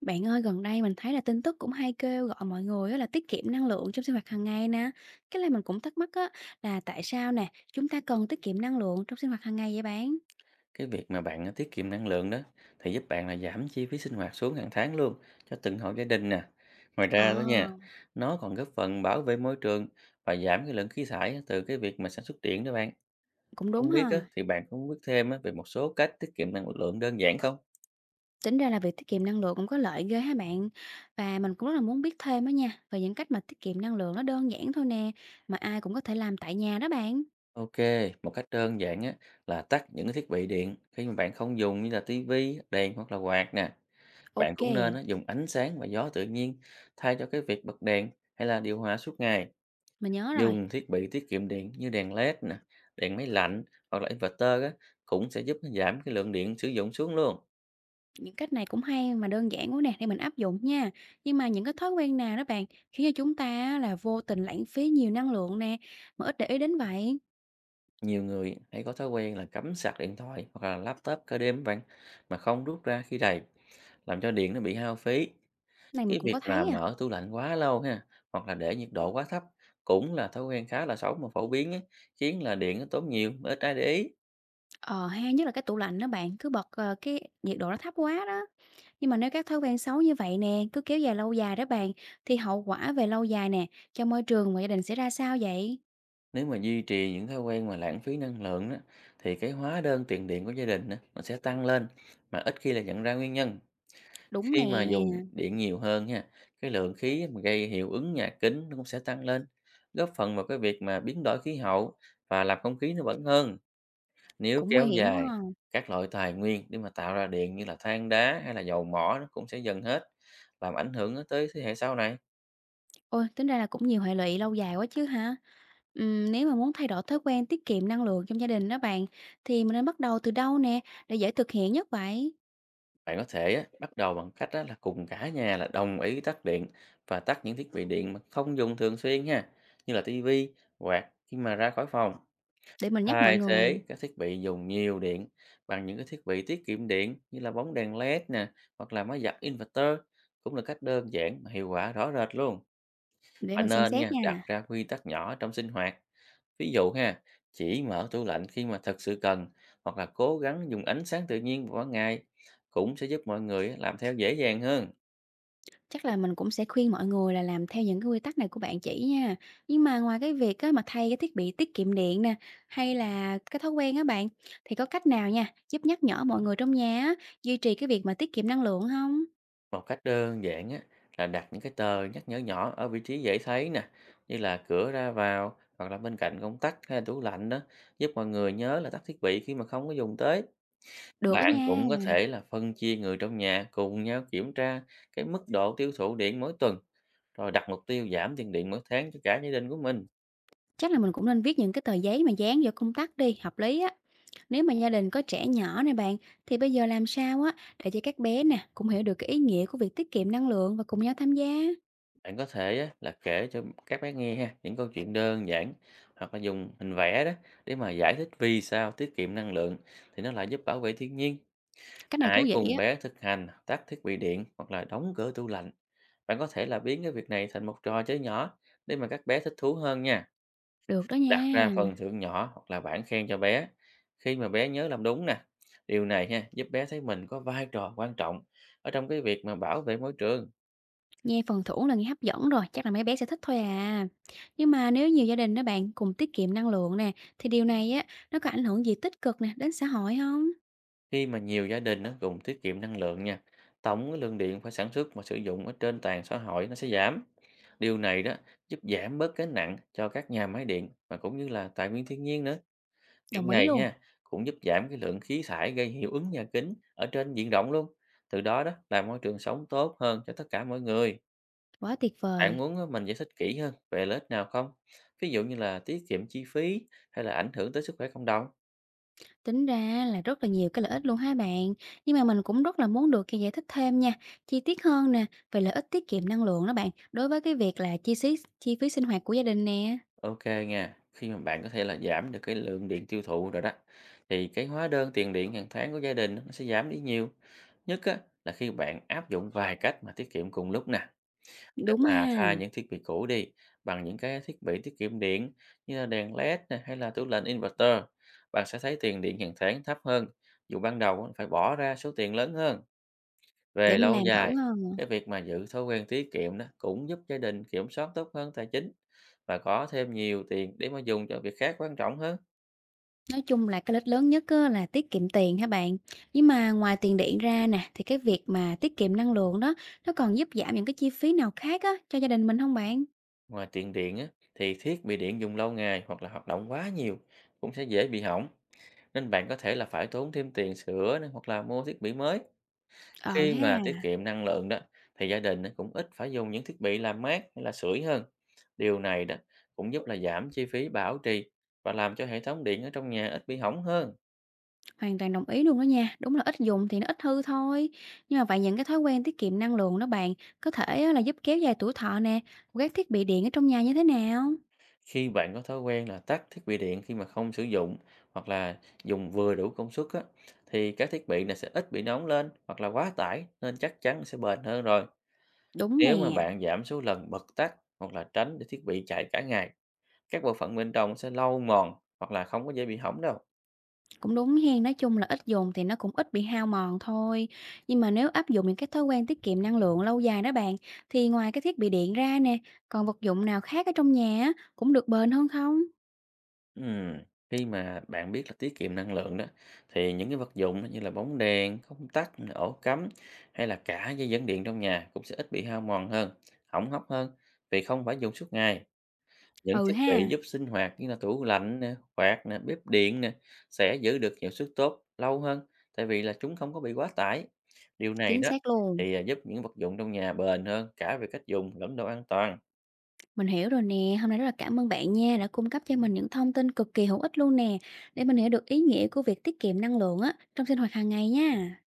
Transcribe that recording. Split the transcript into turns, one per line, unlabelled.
Bạn ơi, gần đây mình thấy là tin tức cũng hay kêu gọi mọi người á là tiết kiệm năng lượng trong sinh hoạt hàng ngày nè. Cái này mình cũng thắc mắc á là tại sao nè, chúng ta cần tiết kiệm năng lượng trong sinh hoạt hàng ngày vậy bạn?
Cái việc mà bạn à, tiết kiệm năng lượng đó thì giúp bạn là giảm chi phí sinh hoạt xuống hàng tháng luôn cho từng hộ gia đình nè. Ngoài
Ờ,
ra đó nha, nó còn góp phần bảo vệ môi trường và giảm cái lượng khí thải từ cái việc mà sản xuất điện đó bạn.
cũng
Không
đúng
biết
ha.
á, thì bạn cũng biết thêm á, về một số cách tiết kiệm năng lượng đơn giản không?
Tính ra là việc tiết kiệm năng lượng cũng có lợi ghê ha bạn. Và mình cũng rất là muốn biết thêm á nha, về những cách mà tiết kiệm năng lượng nó đơn giản thôi nè, mà ai cũng có thể làm tại nhà đó bạn.
Ok, một cách đơn giản á, là tắt những cái thiết bị điện khi mà bạn không dùng như là tivi, đèn hoặc là quạt nè. Bạn
Ok,
cũng nên á, dùng ánh sáng và gió tự nhiên thay cho cái việc bật đèn hay là điều hòa suốt ngày.
mình nhớ rồi.
Dùng thiết bị tiết kiệm điện như đèn LED nè, đèn máy lạnh hoặc là inverter á, cũng sẽ giúp giảm cái lượng điện sử dụng xuống luôn.
Những cách này cũng hay mà đơn giản quá nè để mình áp dụng nha. Nhưng mà những cái thói quen nào đó bạn khiến cho chúng ta á là vô tình lãng phí nhiều năng lượng nè mà ít để ý đến vậy.
Nhiều người hãy có thói quen là cắm sạc điện thoại hoặc là laptop cả đêm các bạn mà không rút ra khi đầy, làm cho điện nó bị hao phí.
Này mình
Cái
cũng
việc
có
mà
thấy à.
mở tủ lạnh quá lâu ha, hoặc là để nhiệt độ quá thấp cũng là thói quen khá là xấu mà phổ biến á, khiến là điện nó tốn nhiều mà ít ai để ý.
Ờ ha, nhất là cái tủ lạnh đó bạn cứ bật cái nhiệt độ nó thấp quá đó. Nhưng mà nếu các thói quen xấu như vậy nè cứ kéo dài lâu dài đó bạn thì hậu quả về lâu dài nè cho môi trường và gia đình sẽ ra sao vậy?
Nếu mà duy trì những thói quen mà lãng phí năng lượng đó, thì cái hóa đơn tiền điện của gia đình á, nó sẽ tăng lên mà ít khi là nhận ra nguyên nhân.
Đúng
Khi
nè,
mà dùng điện nhiều hơn ha, cái lượng khí mà gây hiệu ứng nhà kính nó cũng sẽ tăng lên, góp phần vào cái việc mà biến đổi khí hậu và làm không khí nó bẩn hơn. Nếu
cũng nguy
kéo
hiểm quá.
dài, các loại tài nguyên để mà tạo ra điện như là than đá hay là dầu mỏ nó cũng sẽ dần hết, làm ảnh hưởng tới thế hệ sau này.
Ôi, tính ra là cũng nhiều hệ lụy lâu dài quá chứ hả? Nếu mà muốn thay đổi thói quen tiết kiệm năng lượng trong gia đình đó bạn, thì mình nên bắt đầu từ đâu nè, để dễ thực hiện nhất vậy?
Bạn có thể á, bắt đầu bằng cách á, là cùng cả nhà là đồng ý tắt điện và tắt những thiết bị điện mà không dùng thường xuyên nha, như là tivi, quạt khi mà ra khỏi phòng.
Để mình nhắc mọi
Thay thế
người.
các thiết bị dùng nhiều điện bằng những cái thiết bị tiết kiệm điện như là bóng đèn LED nè, hoặc là máy giặt inverter cũng là cách đơn giản mà hiệu quả rõ rệt luôn.
Để
Bạn
mình xem
nên
xét
nha đặt
nha.
ra quy tắc nhỏ trong sinh hoạt. Ví dụ ha, chỉ mở tủ lạnh khi mà thật sự cần hoặc là cố gắng dùng ánh sáng tự nhiên vào ban ngày cũng sẽ giúp mọi người á, làm theo dễ dàng hơn.
Chắc là mình cũng sẽ khuyên mọi người là làm theo những cái quy tắc này của bạn chỉ nha. Nhưng mà ngoài cái việc á, mà thay cái thiết bị tiết kiệm điện nè, hay là cái thói quen á bạn, thì có cách nào nha, giúp nhắc nhở mọi người trong nhà á, duy trì cái việc mà tiết kiệm năng lượng không?
Một cách đơn giản á, là đặt những cái tờ nhắc nhở nhỏ ở vị trí dễ thấy nè, như là cửa ra vào hoặc là bên cạnh công tắc hay là tủ lạnh đó, giúp mọi người nhớ là tắt thiết bị khi mà không có dùng tới.
Được đó
Bạn
nha.
cũng có thể là phân chia người trong nhà cùng nhau kiểm tra cái mức độ tiêu thụ điện mỗi tuần, rồi đặt mục tiêu giảm tiền điện mỗi tháng cho cả gia đình của mình.
Chắc là mình cũng nên viết những cái tờ giấy mà dán vào công tắc đi, hợp lý á. Nếu mà gia đình có trẻ nhỏ này bạn, thì bây giờ làm sao á để cho các bé nè cũng hiểu được cái ý nghĩa của việc tiết kiệm năng lượng và cùng nhau tham gia.
Bạn có thể á, là kể cho các bé nghe ha, những câu chuyện đơn giản hoặc là dùng hình vẽ đó để mà giải thích vì sao tiết kiệm năng lượng thì nó lại giúp bảo vệ thiên nhiên.
Cách này thú
Hãy
vị
cùng
á,
bé thực hành tắt thiết bị điện hoặc là đóng cửa tủ lạnh. Bạn có thể là biến cái việc này thành một trò chơi nhỏ để mà các bé thích thú hơn nha.
được đó
Đặt ra
nha.
phần thưởng nhỏ hoặc là bảng khen cho bé khi mà bé nhớ làm đúng nè. Điều này ha giúp bé thấy mình có vai trò quan trọng ở trong cái việc mà bảo vệ môi trường.
Nghe phần thưởng là nghe hấp dẫn rồi, chắc là mấy bé sẽ thích thôi à. Nhưng mà nếu nhiều gia đình đó bạn cùng tiết kiệm năng lượng nè, thì điều này á nó có ảnh hưởng gì tích cực nè đến xã hội không?
Khi mà nhiều gia đình nó cùng tiết kiệm năng lượng nha, tổng cái lượng điện phải sản xuất và sử dụng ở trên toàn xã hội nó sẽ giảm. Điều này đó giúp giảm bớt gánh nặng cho các nhà máy điện và cũng như là tài nguyên thiên nhiên nữa. Việc
Đồng ý
này
luôn,
ha cũng giúp giảm cái lượng khí thải gây hiệu ứng nhà kính ở trên diện rộng luôn. Từ đó đó là môi trường sống tốt hơn cho tất cả mọi người.
quá tuyệt
Bạn
vời.
muốn á, mình giải thích kỹ hơn về lợi ích nào không? Ví dụ như là tiết kiệm chi phí hay là ảnh hưởng tới sức khỏe cộng đồng.
Tính ra là rất là nhiều cái lợi ích luôn hai bạn. Nhưng mà mình cũng rất là muốn được cái giải thích thêm nha, chi tiết hơn nè, về lợi ích tiết kiệm năng lượng đó bạn, đối với cái việc là chi phí sinh hoạt của gia đình nè.
Ok nha, khi mà bạn có thể là giảm được cái lượng điện tiêu thụ rồi đó, thì cái hóa đơn tiền điện hàng tháng của gia đình nó sẽ giảm đi nhiều. Nhất á, là khi bạn áp dụng vài cách mà tiết kiệm cùng lúc nè, để
Đúng ha,
mà thay những thiết bị cũ đi bằng những cái thiết bị tiết kiệm điện như là đèn LED nè, hay là tủ lạnh inverter, bạn sẽ thấy tiền điện hàng tháng thấp hơn, dù ban đầu á, phải bỏ ra số tiền lớn hơn.
để
Về
mình
lâu
làm thử
dài,
ha.
cái việc mà giữ thói quen tiết kiệm đó cũng giúp gia đình kiểm soát tốt hơn tài chính và có thêm nhiều tiền để mà dùng cho việc khác quan trọng hơn.
Nói chung là cái lợi ích lớn nhất á, là tiết kiệm tiền ha bạn. Nhưng mà ngoài tiền điện ra nè, thì cái việc mà tiết kiệm năng lượng đó, nó còn giúp giảm những cái chi phí nào khác á, cho gia đình mình không bạn?
Ngoài tiền điện á, thì thiết bị điện dùng lâu ngày hoặc là hoạt động quá nhiều cũng sẽ dễ bị hỏng. Nên bạn có thể là phải tốn thêm tiền sửa này, hoặc là mua thiết bị mới.
Ờ
Khi mà
ha.
tiết kiệm năng lượng đó thì gia đình á, cũng ít phải dùng những thiết bị làm mát hay là sưởi hơn. Điều này đó cũng giúp là giảm chi phí bảo trì và làm cho hệ thống điện ở trong nhà ít bị hỏng hơn.
Hoàn toàn đồng ý luôn đó nha, đúng là ít dùng thì nó ít hư thôi. Nhưng mà vậy những cái thói quen tiết kiệm năng lượng đó bạn, có thể á là giúp kéo dài tuổi thọ nè, của các thiết bị điện ở trong nhà như thế nào?
Khi bạn có thói quen là tắt thiết bị điện khi mà không sử dụng hoặc là dùng vừa đủ công suất á, thì các thiết bị này sẽ ít bị nóng lên hoặc là quá tải nên chắc chắn sẽ bền hơn rồi.
Đúng
Nếu mà
nè,
bạn giảm số lần bật tắt hoặc là tránh để thiết bị chạy cả ngày, các bộ phận bên trong sẽ lâu mòn hoặc là không có dễ bị hỏng đâu.
cũng đúng hen, nói chung là ít dùng thì nó cũng ít bị hao mòn thôi. Nhưng mà nếu áp dụng những cái thói quen tiết kiệm năng lượng lâu dài đó bạn, thì ngoài cái thiết bị điện ra nè, còn vật dụng nào khác ở trong nhà á, cũng được bền hơn không?
Ừm, Khi mà bạn biết là tiết kiệm năng lượng đó, thì những cái vật dụng như là bóng đèn, công tắc, ổ cắm hay là cả dây dẫn điện trong nhà cũng sẽ ít bị hao mòn hơn, hỏng hóc hơn vì không phải dùng suốt ngày. Những
Ừ
thiết bị
ha,
giúp sinh hoạt như là tủ lạnh nè, quạt nè, bếp điện nè sẽ giữ được hiệu suất tốt lâu hơn tại vì là chúng không có bị quá tải. Điều này
chính
đó
xác luôn.
thì à, giúp những vật dụng trong nhà bền hơn cả về cách dùng lẫn độ an toàn.
Mình hiểu rồi nè, hôm nay rất là cảm ơn bạn nha đã cung cấp cho mình những thông tin cực kỳ hữu ích luôn nè để mình hiểu được ý nghĩa của việc tiết kiệm năng lượng á trong sinh hoạt hàng ngày nha.